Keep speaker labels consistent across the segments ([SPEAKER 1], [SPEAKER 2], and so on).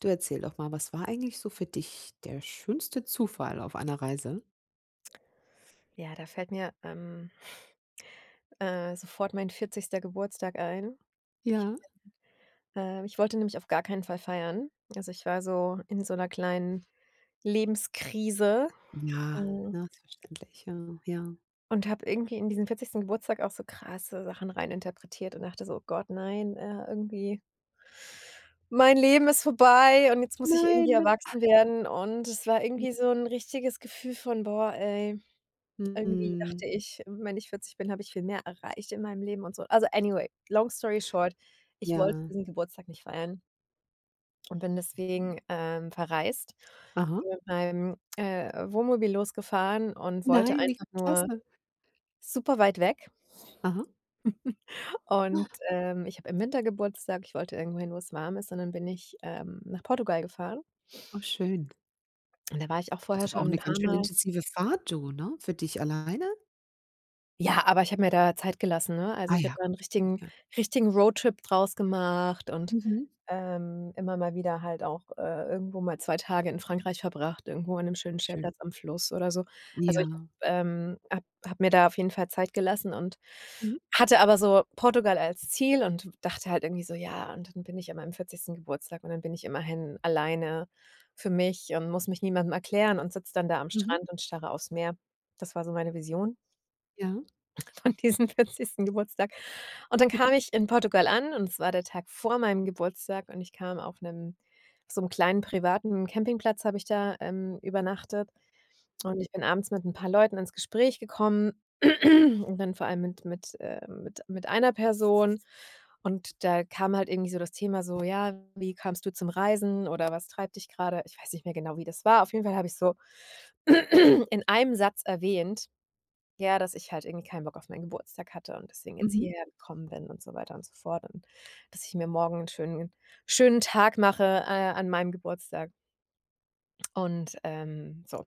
[SPEAKER 1] Du, erzähl doch mal, was war eigentlich so für dich der schönste Zufall auf einer Reise?
[SPEAKER 2] Ja, da fällt mir, sofort mein 40. Geburtstag ein. Ich
[SPEAKER 1] Ja.
[SPEAKER 2] ich wollte nämlich auf gar keinen Fall feiern. Also, ich war so in so einer kleinen Lebenskrise,
[SPEAKER 1] Ja,
[SPEAKER 2] hm,
[SPEAKER 1] na, ist verständlich, ja, ja.
[SPEAKER 2] und habe irgendwie in diesen 40. Geburtstag auch so krasse Sachen reininterpretiert und dachte so: „Oh Gott, nein, irgendwie mein Leben ist vorbei und jetzt muss ich irgendwie
[SPEAKER 1] Nein, dann.
[SPEAKER 2] erwachsen werden." Und es war irgendwie so ein richtiges Gefühl von: „Boah, ey." Irgendwie
[SPEAKER 1] Mhm,
[SPEAKER 2] dachte ich, wenn ich 40 bin, habe ich viel mehr erreicht in meinem Leben und so. Also, anyway, long story short, ich wollte
[SPEAKER 1] ja.
[SPEAKER 2] diesen Geburtstag nicht feiern und bin deswegen, verreist,
[SPEAKER 1] Aha.
[SPEAKER 2] bin mit meinem, Wohnmobil losgefahren und wollte
[SPEAKER 1] Nein, wie
[SPEAKER 2] einfach nur
[SPEAKER 1] klasse.
[SPEAKER 2] super weit weg.
[SPEAKER 1] Aha.
[SPEAKER 2] Und, ich habe im Winter Geburtstag, ich wollte irgendwo hin, wo es warm ist und dann bin ich, nach Portugal gefahren.
[SPEAKER 1] Oh, schön.
[SPEAKER 2] Und da war ich auch
[SPEAKER 1] Das ist
[SPEAKER 2] vorher
[SPEAKER 1] aber auch
[SPEAKER 2] schon ein
[SPEAKER 1] 'ne ganz
[SPEAKER 2] paar
[SPEAKER 1] schön
[SPEAKER 2] Mal.
[SPEAKER 1] intensive Fahrt, du, ne? Für dich alleine?
[SPEAKER 2] Ja, aber ich habe mir da Zeit gelassen, ne? Also,
[SPEAKER 1] Ah
[SPEAKER 2] ich habe
[SPEAKER 1] ja,
[SPEAKER 2] da 'n
[SPEAKER 1] gut, okay,
[SPEAKER 2] richtigen
[SPEAKER 1] ja.
[SPEAKER 2] richtigen Roadtrip draus gemacht. Und
[SPEAKER 1] Mhm,
[SPEAKER 2] Immer mal wieder halt auch, irgendwo mal 2 Tage in Frankreich verbracht, irgendwo an einem schönen
[SPEAKER 1] schön.
[SPEAKER 2] Stellplatz am Fluss oder so. Also, ich habe
[SPEAKER 1] Ja.
[SPEAKER 2] ähm, habe habe mir da auf jeden Fall Zeit gelassen und
[SPEAKER 1] Mhm,
[SPEAKER 2] hatte aber so Portugal als Ziel und dachte halt irgendwie so: „Ja, und dann bin ich an meinem 40. Geburtstag und dann bin ich immerhin alleine für mich und muss mich niemandem erklären und sitze dann da am
[SPEAKER 1] mhm,
[SPEAKER 2] Strand und starre aufs Meer." Das war so meine Vision
[SPEAKER 1] ja.
[SPEAKER 2] von diesem 40. Geburtstag. Und dann kam ich in Portugal an und es war der Tag vor meinem Geburtstag und ich kam auf 'nem auf so 'm kleinen privaten Campingplatz, habe ich da, übernachtet, und ich bin abends mit 'n paar Leuten ins Gespräch gekommen und dann vor allem mit einer Person. Und da kam halt irgendwie so das Thema so: „Ja, wie kamst du zum Reisen oder was treibt dich grade?" Ich weiß nicht mehr genau, wie das war. Auf jeden Fall habe ich so in einem Satz erwähnt, ja, dass ich halt irgendwie keinen Bock auf meinen Geburtstag hatte und deswegen jetzt
[SPEAKER 1] Mhm,
[SPEAKER 2] hierher gekommen bin und so weiter und so fort und dass ich mir morgen einen schönen schönen Tag mache, an meinem Geburtstag und, so.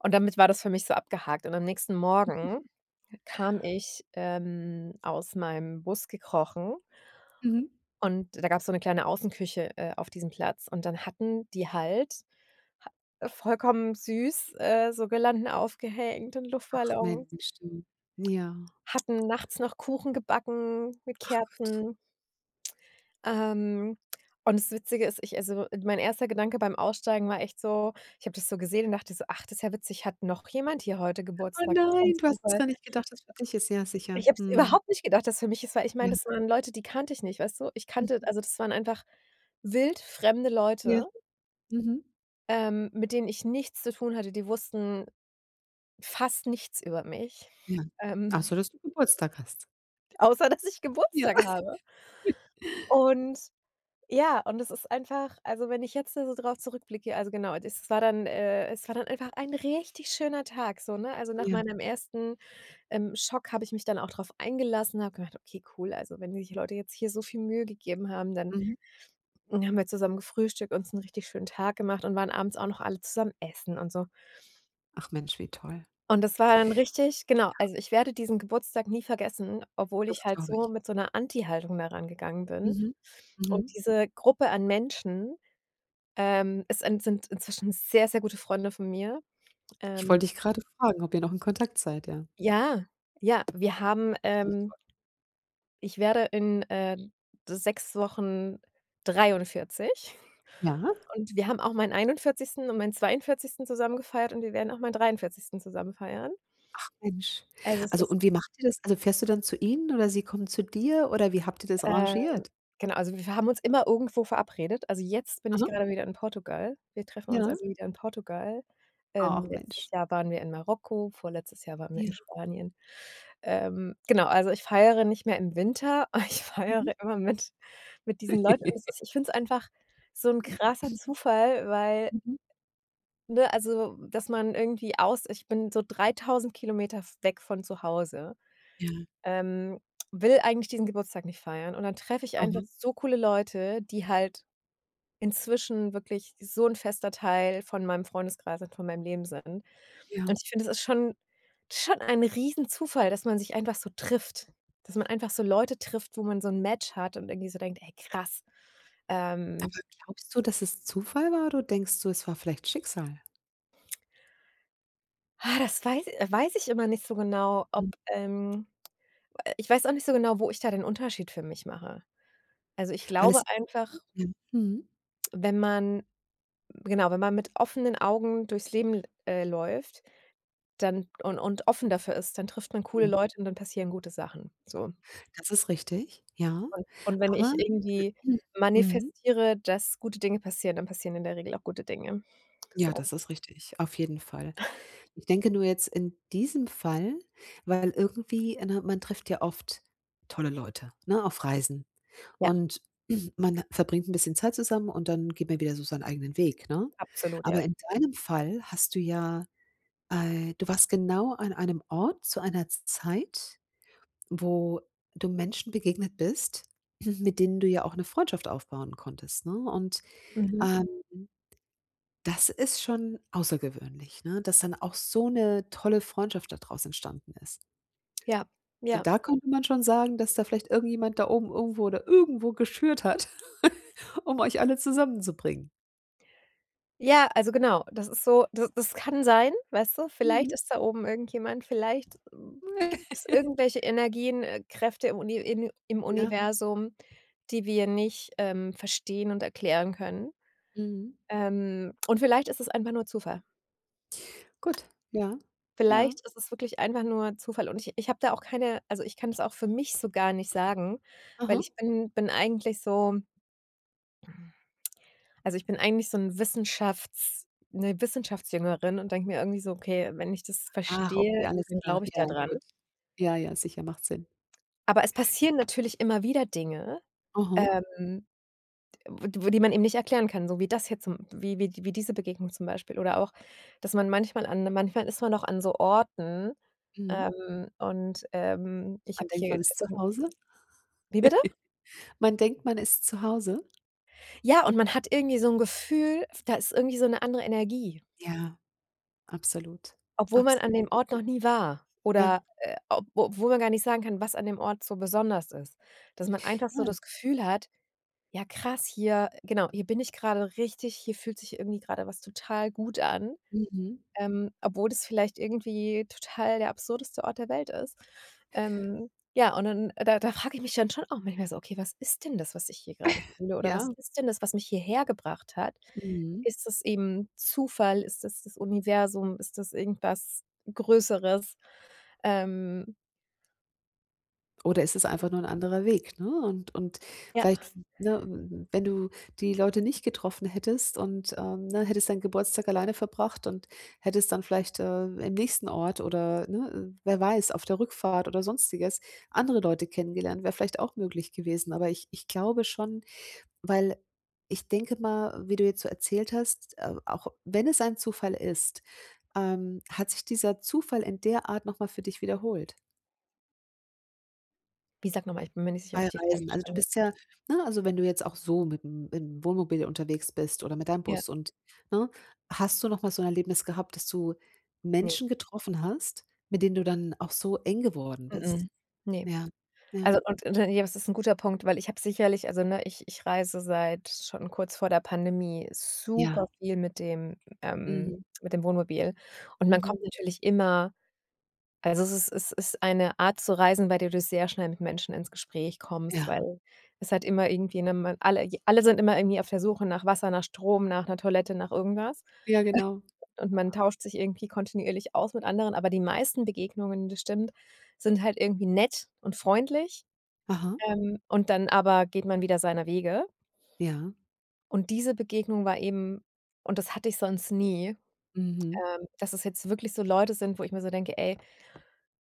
[SPEAKER 2] Und damit war das für mich so abgehakt, und am nächsten Morgen kam ich, aus meinem Bus gekrochen,
[SPEAKER 1] mhm.
[SPEAKER 2] und da gab es so eine kleine Außenküche, auf diesem Platz, und dann hatten die halt ha vollkommen süß, so Girlanden aufgehängt und
[SPEAKER 1] Ach
[SPEAKER 2] Luftballons.
[SPEAKER 1] Mensch, du. Ja.
[SPEAKER 2] Hatten nachts noch Kuchen gebacken mit Kerzen. Ähm, und das Witzige ist, ich, also, mein erster Gedanke beim Aussteigen war echt so, ich habe das so gesehen und dachte so: „Ach, das ist ja witzig, hat noch jemand hier heute
[SPEAKER 1] Oh
[SPEAKER 2] Geburtstag? Das ist ja 'n
[SPEAKER 1] nein, du hast
[SPEAKER 2] Zufall."
[SPEAKER 1] gar nicht gedacht, dass für dich ist. Ja, sicher.
[SPEAKER 2] Ich habe es
[SPEAKER 1] Mhm.
[SPEAKER 2] überhaupt nicht gedacht, dass für mich es war, ich
[SPEAKER 1] Ja.
[SPEAKER 2] meine, das waren Leute, die kannte ich nicht, weißt du? Ich kannte, also, das waren einfach wild fremde
[SPEAKER 1] Ja.
[SPEAKER 2] Leute,
[SPEAKER 1] Mhm.
[SPEAKER 2] mit denen ich nichts zu tun hatte. Die wussten fast nichts über mich,
[SPEAKER 1] Ja. Ach
[SPEAKER 2] ähm,
[SPEAKER 1] so, dass du Geburtstag hast.
[SPEAKER 2] außer dass ich
[SPEAKER 1] Ja.
[SPEAKER 2] Geburtstag habe. Und ja, und es ist einfach, also, wenn ich jetzt da so drauf zurückblicke, also genau, das war dann es war dann einfach ein richtig schöner Tag so, ne? Also, nach
[SPEAKER 1] Ja.
[SPEAKER 2] meinem ersten, Schock habe ich mich dann auch drauf eingelassen, habe gedacht: „Okay, cool, also, wenn sich Leute jetzt hier so viel Mühe gegeben haben, dann
[SPEAKER 1] Mhm.
[SPEAKER 2] haben wir zusammen gefrühstückt, uns einen richtig schönen Tag gemacht und waren abends auch noch alle zusammen essen und so."
[SPEAKER 1] Ach Mensch, wie toll.
[SPEAKER 2] Und das war dann richtig, genau, also, ich werde diesen Geburtstag nie vergessen, obwohl
[SPEAKER 1] Das
[SPEAKER 2] ich halt
[SPEAKER 1] glaube
[SPEAKER 2] so
[SPEAKER 1] ich.
[SPEAKER 2] mit so einer Anti-Haltung daran gegangen bin.
[SPEAKER 1] Mhm.
[SPEAKER 2] Und
[SPEAKER 1] Mhm.
[SPEAKER 2] diese Gruppe an Menschen, es en sind inzwischen sehr, sehr gute Freunde von mir.
[SPEAKER 1] Ich
[SPEAKER 2] Ähm,
[SPEAKER 1] wollte dich grade fragen, ob ihr noch in Kontakt seid, ja.
[SPEAKER 2] ja, ja,
[SPEAKER 1] Richtig toll.
[SPEAKER 2] ich werde in, 6 Wochen 43,
[SPEAKER 1] Ja?
[SPEAKER 2] und wir haben auch meinen 41. und meinen 42. zusammen gefeiert und wir werden auch meinen 43. zusammen feiern.
[SPEAKER 1] Ach Mensch.
[SPEAKER 2] Also, es
[SPEAKER 1] Also,
[SPEAKER 2] ist
[SPEAKER 1] und wie macht ihr das? Also, fährst du dann zu ihnen oder sie kommen zu dir oder wie habt ihr das
[SPEAKER 2] Ähm,
[SPEAKER 1] arrangiert?
[SPEAKER 2] genau, also wir haben uns immer irgendwo verabredet. Also, jetzt bin ich
[SPEAKER 1] Aha,
[SPEAKER 2] gerade wieder in Portugal. Wir treffen uns
[SPEAKER 1] ja.
[SPEAKER 2] also wieder in Portugal.
[SPEAKER 1] Ach Mensch.
[SPEAKER 2] Letztes Jahr waren wir in Marokko, vorletztes Jahr waren wir
[SPEAKER 1] Ja.
[SPEAKER 2] in Spanien. Genau, also ich feiere nicht mehr im Winter, ich feiere
[SPEAKER 1] Mhm.
[SPEAKER 2] immer mit diesen Leuten, und es ist ich finde es einfach so ein krasser Zufall, weil,
[SPEAKER 1] Mhm.
[SPEAKER 2] ne, also, dass man irgendwie aus ich bin so 3.000 Kilometer weg von zu Hause.
[SPEAKER 1] Ja.
[SPEAKER 2] Ähm, will eigentlich diesen Geburtstag nicht feiern, und dann treffe ich einfach
[SPEAKER 1] Aha,
[SPEAKER 2] so coole Leute, die halt inzwischen wirklich so ein fester Teil von meinem Freundeskreis und von meinem Leben sind. Und
[SPEAKER 1] ja.
[SPEAKER 2] ich finde, das ist schon ein Riesenzufall, dass man sich einfach so trifft. Dass man einfach so Leute trifft, wo man so ein Match hat und irgendwie so denkt: „Ey, krass, ähm,
[SPEAKER 1] Aber glaubst du, dass es Zufall war oder denkst du, es war vielleicht Schicksal?
[SPEAKER 2] ah, das weiß weiß ich immer nicht so genau, ob,
[SPEAKER 1] Mhm.
[SPEAKER 2] ähm." Ich weiß auch nicht so genau, wo ich da den Unterschied für mich mache. Also, ich
[SPEAKER 1] Weil
[SPEAKER 2] glaube
[SPEAKER 1] es,
[SPEAKER 2] einfach,
[SPEAKER 1] ja. Mhm.
[SPEAKER 2] wenn man genau, wenn man mit offenen Augen durchs Leben, läuft, dann und offen dafür ist, dann trifft man coole
[SPEAKER 1] Ja.
[SPEAKER 2] Leute und dann passieren gute Sachen, so.
[SPEAKER 1] Das ist richtig, ja,
[SPEAKER 2] Und wenn
[SPEAKER 1] aber
[SPEAKER 2] ich irgendwie
[SPEAKER 1] mhm, mhm.
[SPEAKER 2] manifestiere, dass gute Dinge passieren, dann passieren in der Regel auch gute Dinge.
[SPEAKER 1] Ja,
[SPEAKER 2] So,
[SPEAKER 1] das ist richtig, auf jeden Fall. Ich denke nur jetzt in diesem Fall, weil irgendwie, ne, man trifft ja oft tolle Leute, ne, auf Reisen,
[SPEAKER 2] ja,
[SPEAKER 1] und man verbringt 'n bisschen Zeit zusammen und dann geht man wieder so seinen eigenen Weg, ne?
[SPEAKER 2] absolut, ja.
[SPEAKER 1] Aber in deinem Fall hast du ja, du warst genau an einem Ort zu einer Zeit, wo du Menschen begegnet bist, mit denen du ja auch 'ne Freundschaft aufbauen konntest, ne? Und,
[SPEAKER 2] Mhm.
[SPEAKER 1] ähm das ist schon außergewöhnlich, ne, dass dann auch so eine tolle Freundschaft da draus entstanden ist.
[SPEAKER 2] Ja,
[SPEAKER 1] So,
[SPEAKER 2] ja.
[SPEAKER 1] da könnte man schon sagen, dass da vielleicht irgendjemand da oben irgendwo oder irgendwo geschürt hat, um euch alle zusammenzubringen.
[SPEAKER 2] Ja, also genau, das ist so, das kann sein, weißt du? Vielleicht
[SPEAKER 1] Mhm.
[SPEAKER 2] ist da oben irgendjemand, vielleicht, gibt es irgendwelche Energien, Kräfte im
[SPEAKER 1] Ja,
[SPEAKER 2] Universum, die wir nicht, verstehen und erklären können.
[SPEAKER 1] mhm.
[SPEAKER 2] Und vielleicht ist es einfach nur Zufall.
[SPEAKER 1] Gut, ja, ja,
[SPEAKER 2] Vielleicht ist es wirklich einfach nur Zufall, und ich habe da auch keine, also, ich kann es auch für mich so gar nicht sagen, weil
[SPEAKER 1] aha.
[SPEAKER 2] ich bin eigentlich so. Also, ich bin eigentlich so 'n Wissenschafts 'ne Wissenschaftsjüngerin und denke mir irgendwie so: „Okay, wenn ich das
[SPEAKER 1] Ach, okay,
[SPEAKER 2] verstehe,
[SPEAKER 1] alles
[SPEAKER 2] dann
[SPEAKER 1] klar.
[SPEAKER 2] glaube ich da
[SPEAKER 1] Ja,
[SPEAKER 2] dran."
[SPEAKER 1] gut. Ja, ja, sicher, macht Sinn.
[SPEAKER 2] Aber es passieren natürlich immer wieder Dinge,
[SPEAKER 1] Aha,
[SPEAKER 2] ähm, wo wo die man eben nicht erklären kann, so wie das hier zum wie wie wie diese Begegnung zum Beispiel, oder auch, dass man manchmal ist man auch an so Orten,
[SPEAKER 1] mhm.
[SPEAKER 2] und, ich
[SPEAKER 1] Man
[SPEAKER 2] habe
[SPEAKER 1] denkt,
[SPEAKER 2] hier.
[SPEAKER 1] man ist zu Hause.
[SPEAKER 2] Wie bitte?
[SPEAKER 1] Man denkt, man ist zu Hause?
[SPEAKER 2] Ja, und man hat irgendwie so ein Gefühl, da ist irgendwie so eine andere Energie.
[SPEAKER 1] Ja, absolut.
[SPEAKER 2] Obwohl man an dem
[SPEAKER 1] Absolut.
[SPEAKER 2] Ort noch nie war,
[SPEAKER 1] Ja.
[SPEAKER 2] oder, ob obwohl man gar nicht sagen kann, was an dem Ort so besonders ist. Dass man einfach so
[SPEAKER 1] Ja.
[SPEAKER 2] das Gefühl hat: „Ja krass, hier genau, hier bin ich grade richtig, hier fühlt sich irgendwie grade was total gut an."
[SPEAKER 1] Mhm.
[SPEAKER 2] Obwohl das vielleicht irgendwie total der absurdeste Ort der Welt ist. Ähm, ja, und dann da frage ich mich dann schon auch manchmal so: „Okay, was ist denn das, was ich hier gerade fühle, oder was
[SPEAKER 1] Ja,
[SPEAKER 2] ist denn das, was mich hierher gebracht hat?
[SPEAKER 1] mhm.
[SPEAKER 2] Ist das eben Zufall? Ist das das Universum? Ist das irgendwas Größeres?" Ähm,
[SPEAKER 1] Oder ist es einfach nur 'n anderer Weg, ne? Und
[SPEAKER 2] ja,
[SPEAKER 1] vielleicht, ne, w wenn du die Leute nicht getroffen hättest und, ne, hättest deinen Geburtstag alleine verbracht und hättest dann vielleicht, im nächsten Ort oder, ne, wer weiß, auf der Rückfahrt oder Sonstiges andere Leute kennengelernt, wäre vielleicht auch möglich gewesen. Aber ich glaube schon. Weil ich denke mal, wie du jetzt so erzählt hast, auch wenn es ein Zufall ist, hat sich dieser Zufall in der Art noch mal für dich wiederholt
[SPEAKER 2] wie sag noch mal, ich bin mir nicht sicher, ob
[SPEAKER 1] bei
[SPEAKER 2] ich die Frage
[SPEAKER 1] Reisen? Also, du
[SPEAKER 2] verstanden habe.
[SPEAKER 1] bist ja, ne, also, wenn du jetzt auch so mit im Wohnmobil unterwegs bist oder mit deinem
[SPEAKER 2] Ja,
[SPEAKER 1] Bus und, ne, hast du noch mal so ein Erlebnis gehabt, dass du
[SPEAKER 2] nee,
[SPEAKER 1] Menschen getroffen hast, mit denen du dann auch so eng geworden bist?
[SPEAKER 2] mm, ne.
[SPEAKER 1] Ja, ja,
[SPEAKER 2] Also und ja, das ist ein guter Punkt, weil ich habe sicherlich, also, ne, ich reise seit schon kurz vor der Pandemie super
[SPEAKER 1] ja.
[SPEAKER 2] viel mit dem, ähm,
[SPEAKER 1] Mhm,
[SPEAKER 2] mit dem Wohnmobil, und man
[SPEAKER 1] mhm.
[SPEAKER 2] kommt natürlich immer, also, es ist eine Art zu reisen, bei der du sehr schnell mit Menschen ins Gespräch kommst,
[SPEAKER 1] Ja,
[SPEAKER 2] weil es halt immer irgendwie, ne, man alle j alle sind immer irgendwie auf der Suche nach Wasser, nach Strom, nach einer Toilette, nach irgendwas,
[SPEAKER 1] ja, genau.
[SPEAKER 2] und man tauscht sich irgendwie kontinuierlich aus mit anderen, aber die meisten Begegnungen, das stimmt, sind halt irgendwie nett und freundlich,
[SPEAKER 1] Aha,
[SPEAKER 2] und dann aber geht man wieder seiner Wege.
[SPEAKER 1] ja.
[SPEAKER 2] Und diese Begegnung war eben, und das hatte ich sonst nie,
[SPEAKER 1] Mhm,
[SPEAKER 2] dass es jetzt wirklich so Leute sind, wo ich mir so denke: „Ey,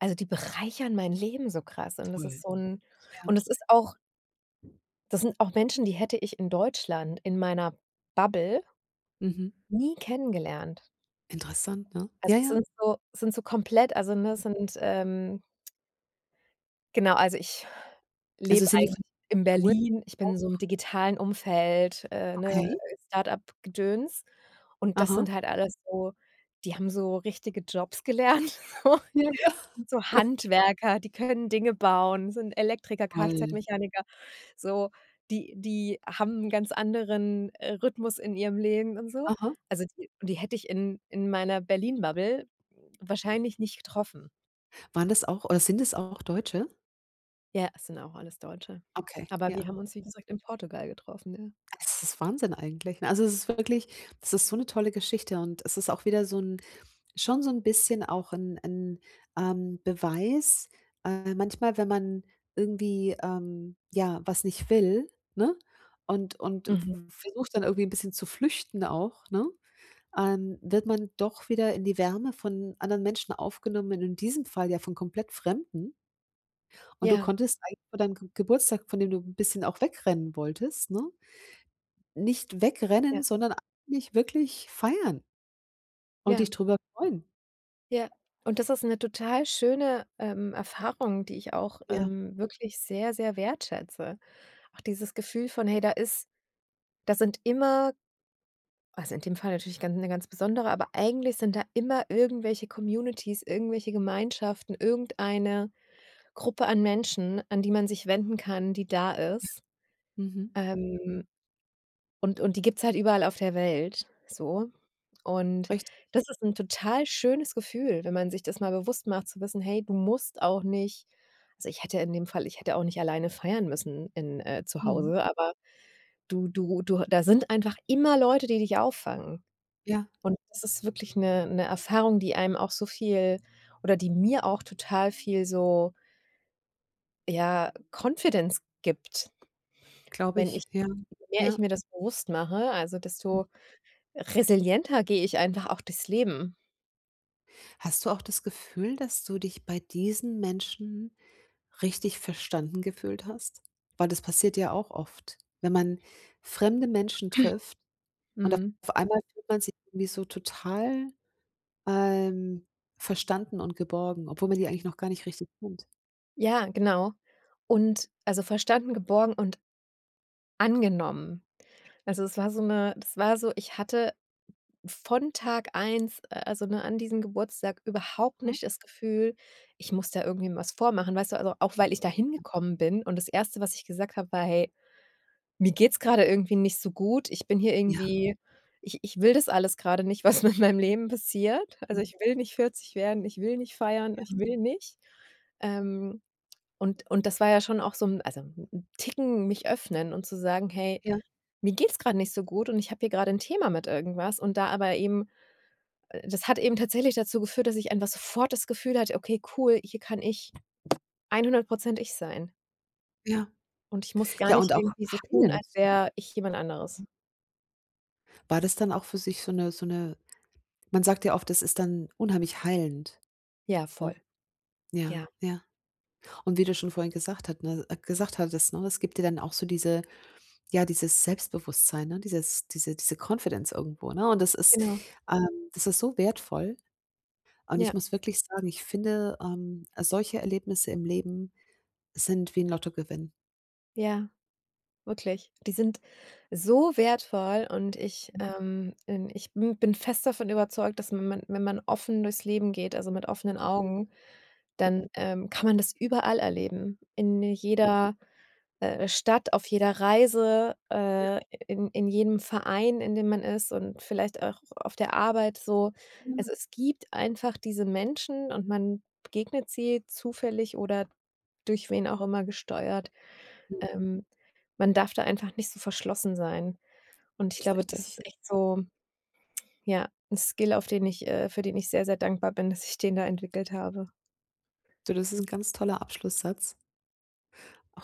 [SPEAKER 2] also die bereichern mein Leben so krass." Und das
[SPEAKER 1] toll,
[SPEAKER 2] ist so 'n, und
[SPEAKER 1] ja.
[SPEAKER 2] das ist auch das sind auch Menschen, die hätte ich in Deutschland in meiner Bubble
[SPEAKER 1] Mhm.
[SPEAKER 2] nie kennengelernt.
[SPEAKER 1] Interessant, ne? Ja,
[SPEAKER 2] Also, es
[SPEAKER 1] ja.
[SPEAKER 2] sind so, komplett, also, ne, sind, genau, also ich
[SPEAKER 1] Also,
[SPEAKER 2] lebe
[SPEAKER 1] sind die
[SPEAKER 2] eigentlich
[SPEAKER 1] von
[SPEAKER 2] in
[SPEAKER 1] Natur
[SPEAKER 2] Berlin. Ich bin in
[SPEAKER 1] auch,
[SPEAKER 2] so 'nem digitalen Umfeld, ne,
[SPEAKER 1] okay.
[SPEAKER 2] Start-up-Gedöns. Und das
[SPEAKER 1] Aha.
[SPEAKER 2] sind halt alles so, die haben so richtige Jobs gelernt, so,
[SPEAKER 1] Ja, ja.
[SPEAKER 2] so Handwerker, die können Dinge bauen, sind Elektriker,
[SPEAKER 1] Toll.
[SPEAKER 2] Kfz-Mechaniker. So, die haben 'n ganz anderen, Rhythmus in ihrem Leben und so.
[SPEAKER 1] Aha.
[SPEAKER 2] Also, die hätte ich in meiner Berlin-Bubble wahrscheinlich nicht getroffen.
[SPEAKER 1] Waren das auch oder sind das auch Deutsche?
[SPEAKER 2] Ja, es sind auch alles Deutsche.
[SPEAKER 1] Okay,
[SPEAKER 2] Aber
[SPEAKER 1] ja.
[SPEAKER 2] wir haben uns, wie gesagt, in Portugal getroffen, ja.
[SPEAKER 1] Es ist Wahnsinn eigentlich, ne? Also, es ist wirklich das ist so 'ne tolle Geschichte und es ist auch wieder so 'n schon so 'n bisschen auch 'n, Beweis, manchmal, wenn man irgendwie, ja, was nicht will, ne? Und v
[SPEAKER 2] Mhm.
[SPEAKER 1] versucht dann irgendwie 'n bisschen zu flüchten auch, ne? Wird man doch wieder in die Wärme von anderen Menschen aufgenommen und in diesem Fall ja von komplett Fremden. Und du
[SPEAKER 2] Ja,
[SPEAKER 1] konntest eigentlich vor deinem Ge Geburtstag, von dem du 'n bisschen auch wegrennen wolltest, ne? Nicht wegrennen,
[SPEAKER 2] ja,
[SPEAKER 1] sondern eigentlich wirklich feiern und dich
[SPEAKER 2] ja,
[SPEAKER 1] drüber freuen.
[SPEAKER 2] ja. Und das ist eine total schöne, Erfahrung, die ich auch,
[SPEAKER 1] Ja,
[SPEAKER 2] wirklich sehr, sehr wertschätze. Auch dieses Gefühl von: „Hey, da sind immer", also, in dem Fall natürlich ganz, eine ganz besondere, aber eigentlich sind da immer irgendwelche Communities, irgendwelche Gemeinschaften, irgendeine Gruppe an Menschen, an die man sich wenden kann, die da ist.
[SPEAKER 1] mhm,
[SPEAKER 2] Ähm, und die gibt's halt überall auf der Welt, so. Und
[SPEAKER 1] richtig.
[SPEAKER 2] das ist ein total schönes Gefühl, wenn man sich das mal bewusst macht, zu wissen: „Hey, du musst auch nicht", also, ich hätte in dem Fall, ich hätte auch nicht alleine feiern müssen in zu
[SPEAKER 1] Mhm.
[SPEAKER 2] Hause, aber du du du da sind einfach immer Leute, die dich auffangen.
[SPEAKER 1] Ja,
[SPEAKER 2] Und das ist wirklich eine Erfahrung, die einem auch so viel, oder die mir auch total viel so, ja, Confidence gibt.
[SPEAKER 1] glaube
[SPEAKER 2] Wenn
[SPEAKER 1] ich.
[SPEAKER 2] ich
[SPEAKER 1] Ja,
[SPEAKER 2] Je mehr
[SPEAKER 1] ja.
[SPEAKER 2] ich mir das bewusst mache, also, desto resilienter gehe ich einfach auch durchs Leben.
[SPEAKER 1] Hast du auch das Gefühl, dass du dich bei diesen Menschen richtig verstanden gefühlt hast? Weil das passiert ja auch oft. Wenn man fremde Menschen trifft, und
[SPEAKER 2] Mhm.
[SPEAKER 1] auf einmal fühlt man sich irgendwie so total, ähm, verstanden und geborgen, obwohl man die eigentlich noch gar nicht richtig kennt.
[SPEAKER 2] Ja, genau. Und, also, verstanden, geborgen und angenommen. Also, es war so eine, das war so, ich hatte von Tag eins, also, ne, an diesem Geburtstag überhaupt
[SPEAKER 1] Mhm.
[SPEAKER 2] nicht das Gefühl, ich muss da irgendwie was vormachen, weißt du? Also, auch weil ich da hingekommen bin, und das erste, was ich gesagt habe, war: „Hey, mir geht's gerade irgendwie nicht so gut. Ich bin hier
[SPEAKER 1] Ja,
[SPEAKER 2] irgendwie, ich will das alles gerade nicht, was mit meinem Leben passiert. Also,
[SPEAKER 1] mhm.
[SPEAKER 2] ich will nicht 40 werden, ich will nicht feiern, ich will nicht." Ähm. Und das war ja schon auch so 'n, also 'n Ticken mich öffnen und zu sagen: „Hey,
[SPEAKER 1] Ja,
[SPEAKER 2] mir geht's gerade nicht so gut und ich habe hier gerade ein Thema mit irgendwas." Und da aber eben, das hat eben tatsächlich dazu geführt, dass ich einfach sofort das Gefühl hatte: „Okay, cool, hier kann ich 100% ich sein
[SPEAKER 1] ja.
[SPEAKER 2] und ich muss gar
[SPEAKER 1] Ja, und
[SPEAKER 2] nicht
[SPEAKER 1] auch
[SPEAKER 2] irgendwie so tun,
[SPEAKER 1] heilend,
[SPEAKER 2] als
[SPEAKER 1] ne?
[SPEAKER 2] wäre ich jemand anderes."
[SPEAKER 1] War das dann auch für sich man sagt ja oft, das ist dann unheimlich heilend,
[SPEAKER 2] Ja,
[SPEAKER 1] ne?
[SPEAKER 2] voll. Ja,
[SPEAKER 1] Ja, ja. Und wie du schon vorhin gesagt hattest, ne, das gibt dir dann auch so diese, ja, dieses Selbstbewusstsein, ne, diese Confidence irgendwo, ne? Und
[SPEAKER 2] genau.
[SPEAKER 1] ähm, das ist so wertvoll. Und ich
[SPEAKER 2] Ja,
[SPEAKER 1] muss wirklich sagen, ich finde, solche Erlebnisse im Leben sind wie 'n Lottogewinn.
[SPEAKER 2] ja. Wirklich. Die sind so wertvoll, und ich, ich bin fest davon überzeugt, dass wenn man offen durchs Leben geht, also mit offenen Augen, dann, kann man das überall erleben. In jeder, Stadt, auf jeder Reise, in jedem Verein, in dem man ist, und vielleicht auch auf der Arbeit so.
[SPEAKER 1] Ja,
[SPEAKER 2] Also, es gibt einfach diese Menschen, und man begegnet sie zufällig oder durch wen auch immer gesteuert.
[SPEAKER 1] mhm,
[SPEAKER 2] Ähm, man darf da einfach nicht so verschlossen sein. Und ich
[SPEAKER 1] das ist
[SPEAKER 2] glaube, das ist
[SPEAKER 1] richtig.
[SPEAKER 2] echt so, ja, 'n Skill, auf den ich für den ich sehr, sehr dankbar bin, dass ich den da entwickelt habe.
[SPEAKER 1] Du, das ist 'n ganz toller Abschlusssatz.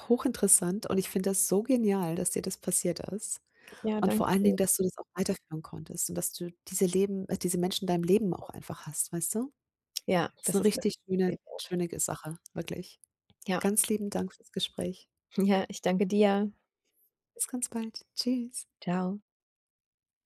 [SPEAKER 1] Hochinteressant, und ich finde das so genial, dass dir das passiert ist,
[SPEAKER 2] Ja,
[SPEAKER 1] und vor
[SPEAKER 2] danke
[SPEAKER 1] allen
[SPEAKER 2] dir.
[SPEAKER 1] Dingen, dass du das auch weiterführen konntest und dass du diese Menschen in deinem Leben auch einfach hast, weißt du?
[SPEAKER 2] Ja,
[SPEAKER 1] Ist
[SPEAKER 2] das
[SPEAKER 1] 'ne
[SPEAKER 2] ist
[SPEAKER 1] richtig schöne
[SPEAKER 2] wert.
[SPEAKER 1] schöne G Sache, wirklich.
[SPEAKER 2] Ja,
[SPEAKER 1] Ganz lieben Dank fürs Gespräch.
[SPEAKER 2] ja, ich danke dir.
[SPEAKER 1] Bis ganz bald. Tschüss.
[SPEAKER 2] Tschau.